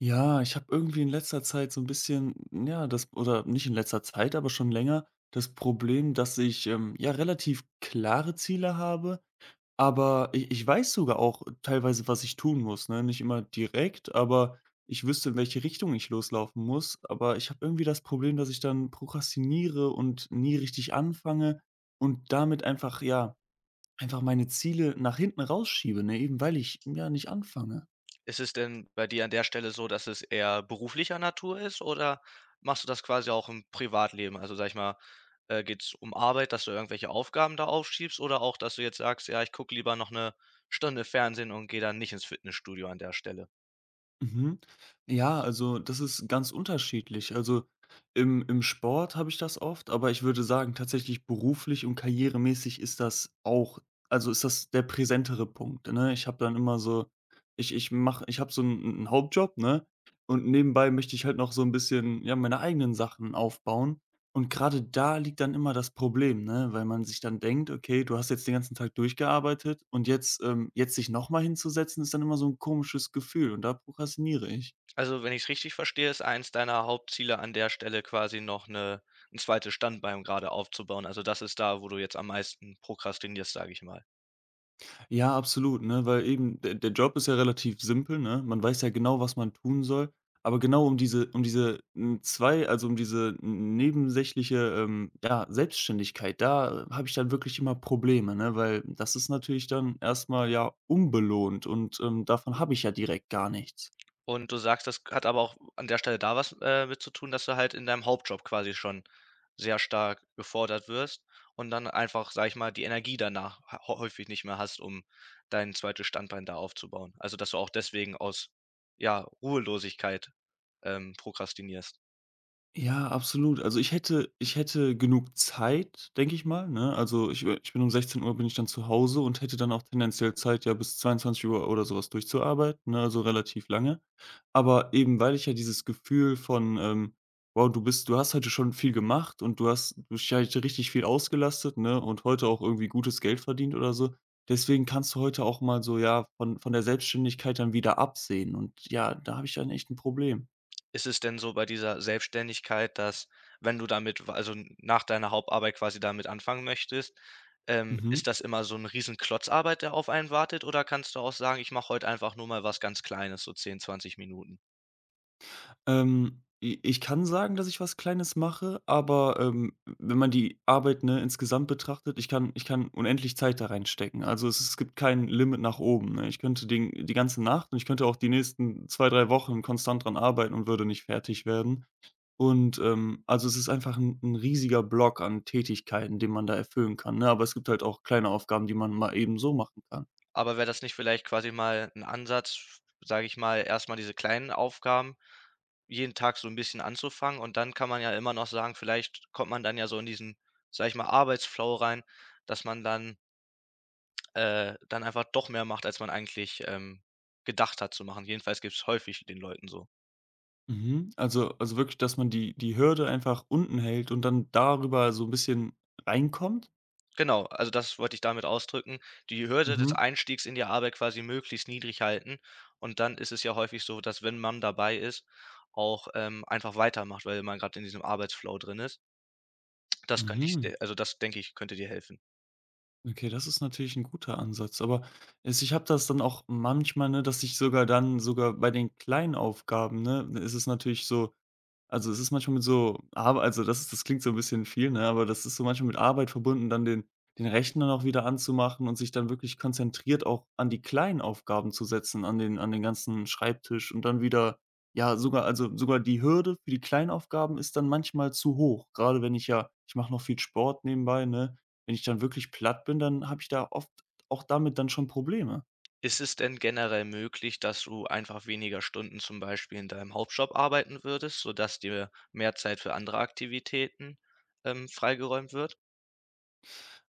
Ja, ich habe irgendwie in letzter Zeit so ein bisschen, ja, das oder nicht in letzter Zeit, aber schon länger, das Problem, dass ich, ja, relativ klare Ziele habe, aber ich weiß sogar auch teilweise, was ich tun muss, ne? Nicht immer direkt, aber ich wüsste, in welche Richtung ich loslaufen muss. Aber ich habe irgendwie das Problem, dass ich dann prokrastiniere und nie richtig anfange und damit einfach ja, einfach meine Ziele nach hinten rausschiebe, ne, eben weil ich, ja, nicht anfange. Ist es denn bei dir an der Stelle so, dass es eher beruflicher Natur ist oder machst du das quasi auch im Privatleben? Also, sage ich mal, geht es um Arbeit, dass du irgendwelche Aufgaben da aufschiebst oder auch, dass du jetzt sagst: „Ja, ich gucke lieber noch eine Stunde Fernsehen und gehe dann nicht ins Fitnessstudio an der Stelle?" Mhm. Ja, also das ist ganz unterschiedlich. Also im Sport habe ich das oft, aber ich würde sagen, tatsächlich beruflich und karrieremäßig ist das auch, also ist das der präsentere Punkt. Ne? Ich habe dann immer so, ich habe so einen Hauptjob, ne? Und nebenbei möchte ich halt noch so ein bisschen ja, meine eigenen Sachen aufbauen. Und gerade da liegt dann immer das Problem, ne, weil man sich dann denkt: „Okay, du hast jetzt den ganzen Tag durchgearbeitet und jetzt jetzt sich noch mal hinzusetzen, ist dann immer so ein komisches Gefühl“, und da prokrastiniere ich. Also, wenn ich es richtig verstehe, ist eins deiner Hauptziele an der Stelle quasi noch eine 'n zweites Standbein gerade aufzubauen. Also, das ist da, wo du jetzt am meisten prokrastinierst, sage ich mal. Ja, absolut, ne, weil eben der Job ist ja relativ simpel, ne? Man weiß ja genau, was man tun soll, aber genau 2 also, um diese nebensächliche, ja, Selbstständigkeit, da habe ich dann wirklich immer Probleme, ne, weil das ist natürlich dann erst mal, ja, unbelohnt und, davon habe ich ja direkt gar nichts. Und du sagst, das hat aber auch an der Stelle da was, mit zu tun, dass du halt in deinem Hauptjob quasi schon sehr stark gefordert wirst und dann einfach, sage ich mal, die Energie danach hä häufig nicht mehr hast, um dein zweites Standbein da aufzubauen. Also, dass du auch deswegen aus, ja, Ruhelosigkeit, prokrastinierst. Ja, absolut. Also, ich hätte genug Zeit, denke ich mal, ne? Also, ich bin um sechzehn Uhr bin ich dann zu Hause und hätte dann auch tendenziell Zeit, ja, bis zweiundzwanzig Uhr oder sowas durchzuarbeiten, ne, also relativ lange. Aber eben, weil ich ja dieses Gefühl von, „Wow, du hast heute schon viel gemacht und du bist ja heute richtig viel ausgelastet, ne, und heute auch irgendwie gutes Geld verdient oder so. Deswegen kannst du heute auch mal so, ja, von der Selbstständigkeit dann wieder absehen.“ Und ja, da habe ich dann echt ein Problem. Ist es denn so bei dieser Selbstständigkeit, dass wenn du damit w also nach deiner Hauptarbeit quasi damit anfangen möchtest, Mhm. ist das immer so ein riesen Klotzarbeit, der auf einen wartet, oder kannst du auch sagen: „Ich mache heute einfach nur mal was ganz Kleines, so 10, 20 Minuten?" I Ich kann sagen, dass ich was Kleines mache, aber, wenn man die Arbeit, ne, insgesamt betrachtet, ich kann unendlich Zeit da reinstecken. Also, es gibt kein Limit nach oben, ne? Ich könnte den die ganze Nacht und ich könnte auch die nächsten 2 3 Wochen konstant dran arbeiten und würde nicht fertig werden. Und, also, es ist einfach ein 'n riesiger Block an Tätigkeiten, den man da erfüllen kann, ne? Aber es gibt halt auch kleine Aufgaben, die man mal eben so machen kann. Aber wäre das nicht vielleicht quasi mal ein Ansatz, sage ich mal, erst mal diese kleinen Aufgaben jeden Tag so ein bisschen anzufangen? Und dann kann man ja immer noch sagen, vielleicht kommt man dann ja so in diesen, sage ich mal, Arbeitsflow rein, dass man dann dann einfach doch mehr macht, als man eigentlich, gedacht hat zu machen. Jedenfalls geht's häufig den Leuten so. Mhm. Also wirklich, dass man die Hürde einfach unten hält und dann darüber so ein bisschen reinkommt? Genau, also das wollte ich damit ausdrücken. Die Hürde des Mhm, Einstiegs in die Arbeit quasi möglichst niedrig halten, und dann ist es ja häufig so, dass wenn man dabei ist, auch, einfach weitermacht, weil man gerade in diesem Arbeitsflow drin ist. Das könnte ich, mhm. also das, denke ich, könnte dir helfen. Okay, das ist natürlich ein guter Ansatz, aber es ich habe das dann auch manchmal, ne, dass ich sogar dann sogar bei den kleinen Aufgaben, ne, ist es natürlich so. Also, es ist manchmal mit so Arb also, das klingt so ein bisschen viel, ne, aber das ist so manchmal mit Arbeit verbunden, dann den Rechner noch wieder anzumachen und sich dann wirklich konzentriert auch an die kleinen Aufgaben zu setzen, an den ganzen Schreibtisch und dann wieder ja, sogar die Hürde für die kleinen Aufgaben ist dann manchmal zu hoch. Gerade wenn ich mache noch viel Sport nebenbei, ne? Wenn ich dann wirklich platt bin, dann habe ich da oft auch damit dann schon Probleme. Ist es denn generell möglich, dass du einfach weniger Stunden zum Beispiel in deinem Hauptjob arbeiten würdest, sodass dir mehr Zeit für andere Aktivitäten, freigeräumt wird?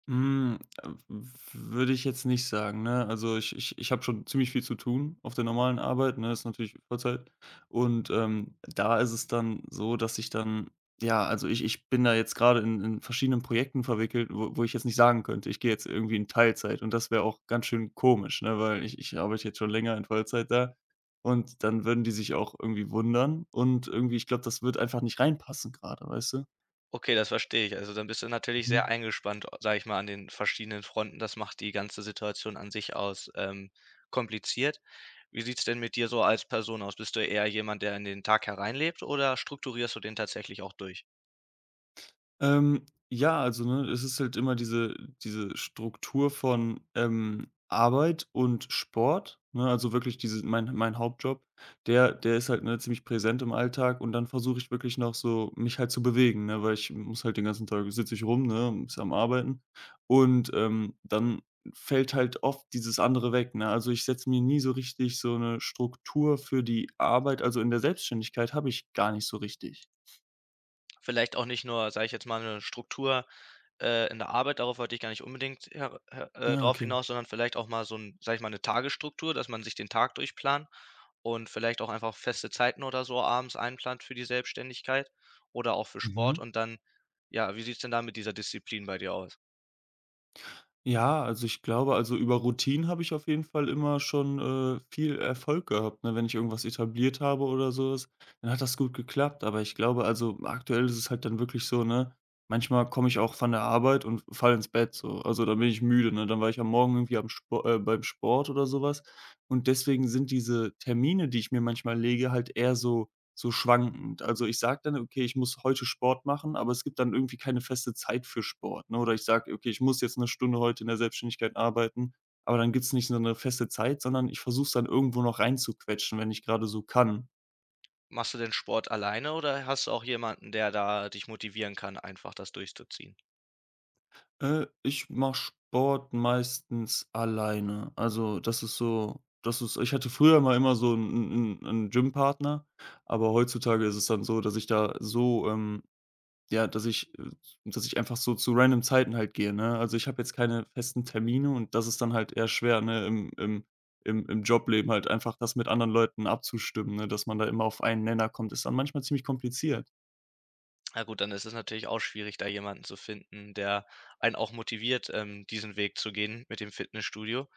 Hm, w würde ich jetzt nicht sagen, ne? Also, ich habe schon ziemlich viel zu tun auf der normalen Arbeit, ne? Ist natürlich Vollzeit. Und, da ist es dann so, dass ich dann ja, also, ich bin da jetzt gerade in verschiedenen Projekten verwickelt, wo ich jetzt nicht sagen könnte, ich gehe jetzt irgendwie in Teilzeit, und das wäre auch ganz schön komisch, ne, weil ich arbeite jetzt schon länger in Vollzeit da und dann würden die sich auch irgendwie wundern und irgendwie ich glaube, das wird einfach nicht reinpassen gerade, weißt du? Okay, das verstehe ich. Also, dann bist du natürlich sehr Mhm. eingespannt, sage ich mal, an den verschiedenen Fronten. Das macht die ganze Situation an sich aus, kompliziert. Wie sieht's denn mit dir so als Person aus? Bist du eher jemand, der in den Tag hereinlebt, oder strukturierst du den tatsächlich auch durch? Ja, also, ne, es ist halt immer diese Struktur von, Arbeit und Sport, ne? Also, wirklich diese mein Hauptjob, der ist halt, ne, ziemlich präsent im Alltag und dann versuche ich wirklich noch so, mich halt zu bewegen, ne, weil ich muss halt den ganzen Tag sitze ich rum, ne, ist am Arbeiten und, dann fällt halt oft dieses andere weg, ne? Also, ich setze mir nie so richtig so eine Struktur für die Arbeit also, in der Selbstständigkeit habe ich gar nicht so richtig. Vielleicht auch nicht nur, sage ich jetzt mal, eine Struktur in der Arbeit, darauf wollte ich gar nicht unbedingt her her Ja, drauf okay. hinaus, sondern vielleicht auch mal so 'n, sage ich mal, 'ne Tagesstruktur, dass man sich den Tag durchplant und vielleicht auch einfach feste Zeiten oder so abends einplant für die Selbstständigkeit oder auch für Sport. Mhm. Und dann, ja, wie sieht's denn da mit dieser Disziplin bei dir aus? Ja, also ich glaube also über Routinen habe ich auf jeden Fall immer schon, viel Erfolg gehabt, ne? Wenn ich irgendwas etabliert habe oder sowas, dann hat das gut geklappt. Aber ich glaube also aktuell ist es halt dann wirklich so, ne, manchmal komme ich auch von der Arbeit und falle ins Bett so. Also, dann bin ich müde, ne? Dann war ich am Morgen irgendwie am Spo beim Sport oder sowas. Und deswegen sind diese Termine, die ich mir manchmal lege, halt eher so schwankend. Also, ich sage dann: „Okay, ich muss heute Sport machen“, aber es gibt dann irgendwie keine feste Zeit für Sport, ne? Oder ich sage: „Okay, ich muss jetzt eine Stunde heute in der Selbstständigkeit arbeiten“, aber dann gibt's nicht so eine feste Zeit, sondern ich versuche es dann irgendwo noch reinzuquetschen, wenn ich gerade so kann. Machst du denn Sport alleine oder hast du auch jemanden, der da dich motivieren kann, einfach das durchzuziehen? Ich mache Sport meistens alleine. Also, das ist, ich hatte früher mal immer so einen 'n 'n 'n Gympartner, aber heutzutage ist es dann so, dass ich da so, Ja, dass ich äh, dass ich einfach so zu random Zeiten halt gehe, ne? Also, ich habe jetzt keine festen Termine und das ist dann halt eher schwer, ne, im Jobleben halt einfach das mit anderen Leuten abzustimmen, ne? Dass man da immer auf einen Nenner kommt, ist dann manchmal ziemlich kompliziert. Na gut, dann ist es natürlich auch schwierig, da jemanden zu finden, der einen auch motiviert, diesen Weg zu gehen mit dem Fitnessstudio.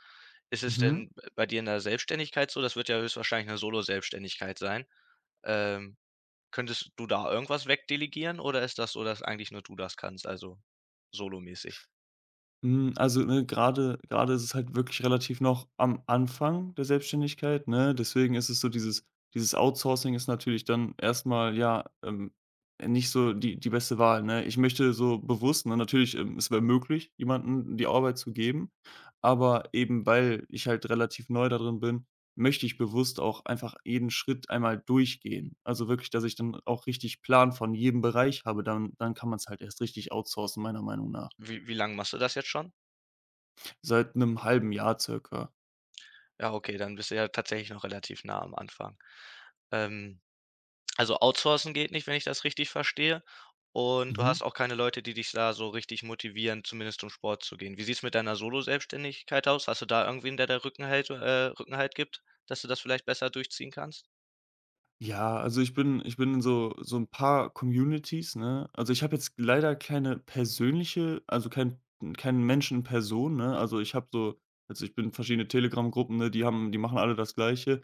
Ist es Mhm. denn b bei dir in der Selbstständigkeit so? Das wird ja höchstwahrscheinlich eine Solo-Selbstständigkeit sein. Ähm, könntest du da irgendwas wegdelegieren, oder ist das so, dass eigentlich nur du das kannst, also solomäßig? Also, ne, gerade grade ist es halt wirklich relativ noch am Anfang der Selbstständigkeit, ne? Deswegen ist es so dieses Outsourcing ist natürlich dann erstmal ja, nicht so die beste Wahl, ne? Ich möchte so bewusst ne, natürlich, es wäre möglich, jemandem die Arbeit zu geben, aber eben weil ich halt relativ neu da drin bin, möchte ich bewusst auch einfach jeden Schritt einmal durchgehen. Also, wirklich, dass ich dann auch richtig Plan von jedem Bereich habe, dann kann man es halt erst richtig outsourcen, meiner Meinung nach. Wie lange machst du das jetzt schon? Seit 'nem halben Jahr circa. Ja, okay, dann bist du ja tatsächlich noch relativ nah am Anfang. Ähm Also, outsourcen geht nicht, wenn ich das richtig verstehe. Und du Mhm. hast auch keine Leute, die dich da so richtig motivieren, zumindest zum Sport zu gehen. Wie sieht's mit deiner Solo Selbstständigkeit aus? Hast du da irgendwen, der Rückenhalt gibt, dass du das vielleicht besser durchziehen kannst? Ja, also ich bin in so ein paar Communities, ne? Also, ich habe jetzt leider keine persönliche also, keinen Menschen in Person, ne? Also, ich habe so also, ich bin in verschiedene Telegram-Gruppen, ne, die machen alle das Gleiche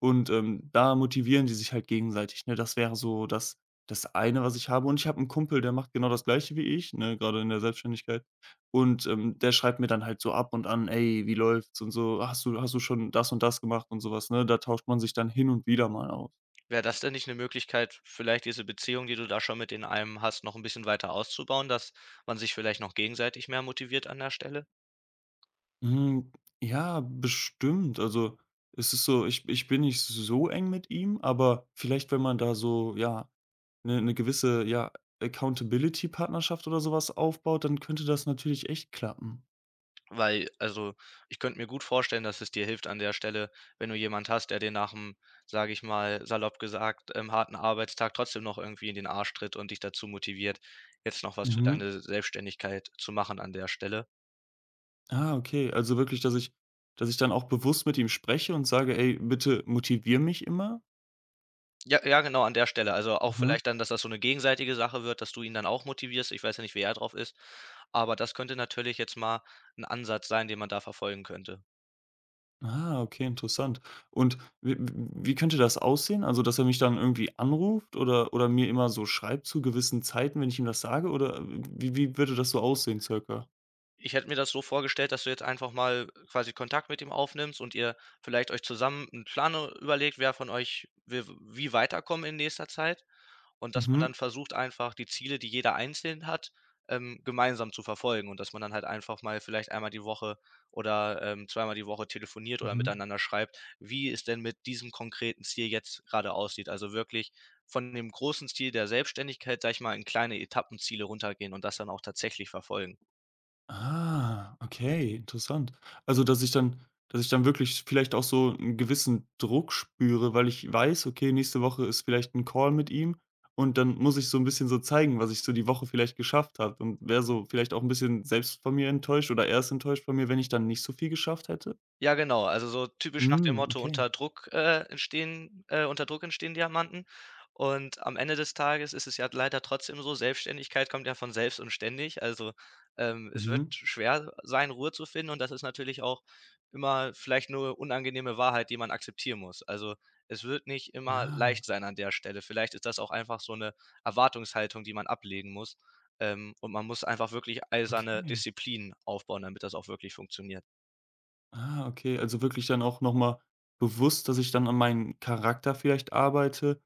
und, da motivieren die sich halt gegenseitig, ne? Das wäre so das eine, was ich habe, und ich habe einen Kumpel, der macht genau das Gleiche wie ich, ne, gerade in der Selbstständigkeit und, der schreibt mir dann halt so ab und an: „Ey, wie läuft's?“ und so: hast du schon das und das gemacht?“ und sowas, ne? Da tauscht man sich dann hin und wieder mal aus. Wäre das denn nicht eine Möglichkeit, vielleicht diese Beziehung, die du da schon mit in einem hast, noch ein bisschen weiter auszubauen, dass man sich vielleicht noch gegenseitig mehr motiviert an der Stelle? Hm, ja, bestimmt. Also, es ist so, ich bin nicht so eng mit ihm, aber vielleicht, wenn man da so, ja, eine 'ne 'ne gewisse, ja, Accountability-Partnerschaft oder sowas aufbaut, dann könnte das natürlich echt klappen. Weil, also, ich könnte mir gut vorstellen, dass es dir hilft an der Stelle, wenn du jemand hast, der dir nach dem, sage ich mal, salopp gesagt, harten Arbeitstag trotzdem noch irgendwie in den Arsch tritt und dich dazu motiviert, jetzt noch was für Mhm. deine Selbstständigkeit zu machen an der Stelle. Ah, okay. Also wirklich, dass ich dann auch bewusst mit ihm spreche und sage: „Ey, bitte motiviere mich immer?“ Ja, ja, genau, an der Stelle. Also, auch Mhm. vielleicht dann, dass das so eine gegenseitige Sache wird, dass du ihn dann auch motivierst. Ich weiß ja nicht, wie er drauf ist, aber das könnte natürlich jetzt mal ein Ansatz sein, den man da verfolgen könnte. Ah, okay, interessant. Und w wie könnte das aussehen? Also, dass er mich dann irgendwie anruft oder mir immer so schreibt zu gewissen Zeiten, wenn ich ihm das sage? Oder wie würde das so aussehen circa? Ich hätte mir das so vorgestellt, dass du jetzt einfach mal quasi Kontakt mit ihm aufnimmst und ihr vielleicht euch zusammen einen Plan, überlegt, wer von euch wi wie weiterkommen in nächster Zeit, und dass man Mhm, dann versucht, einfach die Ziele, die jeder einzeln hat, gemeinsam zu verfolgen, und dass man dann halt einfach mal vielleicht einmal die Woche oder, zweimal die Woche telefoniert oder mhm. miteinander schreibt, wie es denn mit diesem konkreten Ziel jetzt gerade aussieht. Also, wirklich von dem großen Ziel der Selbstständigkeit, sage ich mal, in kleine Etappenziele runtergehen und das dann auch tatsächlich verfolgen. Ah, okay, interessant. Also, dass ich dann wirklich vielleicht auch so einen gewissen Druck spüre, weil ich weiß: „Okay, nächste Woche ist vielleicht ein Call mit ihm und dann muss ich so ein bisschen so zeigen, was ich so die Woche vielleicht geschafft habe“, und wäre so vielleicht auch ein bisschen selbst von mir enttäuscht oder erst enttäuscht von mir, wenn ich dann nicht so viel geschafft hätte? Ja, genau. Also, so typisch nach dem Hm, Motto: okay. unter Druck, entstehen unter Druck entstehen Diamanten. Und am Ende des Tages ist es ja leider trotzdem so, Selbstständigkeit kommt ja von selbst und ständig. Also, es wird Mhm. schwer sein, Ruhe zu finden, und das ist natürlich auch immer vielleicht nur unangenehme Wahrheit, die man akzeptieren muss. Also, es wird nicht immer Ja, leicht sein an der Stelle. Vielleicht ist das auch einfach so eine Erwartungshaltung, die man ablegen muss. Und man muss einfach wirklich eiserne okay. Disziplin aufbauen, damit das auch wirklich funktioniert. Ah, okay, also wirklich dann auch nochmal bewusst, dass ich dann an meinem Charakter vielleicht arbeite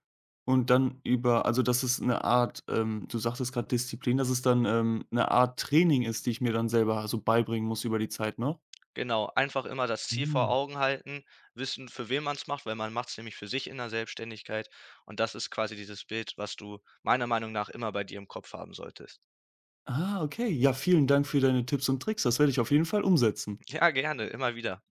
und dann dass es eine Art, du sagtest gerade Disziplin, dass es dann, 'ne Art Training ist, die ich mir dann selber so beibringen muss über die Zeit, ne? Genau, einfach immer das Ziel vor Mhm. Augen halten, wissen, für wen man es macht, weil man macht es nämlich für sich in der Selbstständigkeit, und das ist quasi dieses Bild, was du meiner Meinung nach immer bei dir im Kopf haben solltest. Ah, okay. Ja, vielen Dank für deine Tipps und Tricks. Das werde ich auf jeden Fall umsetzen. Ja, gerne, immer wieder.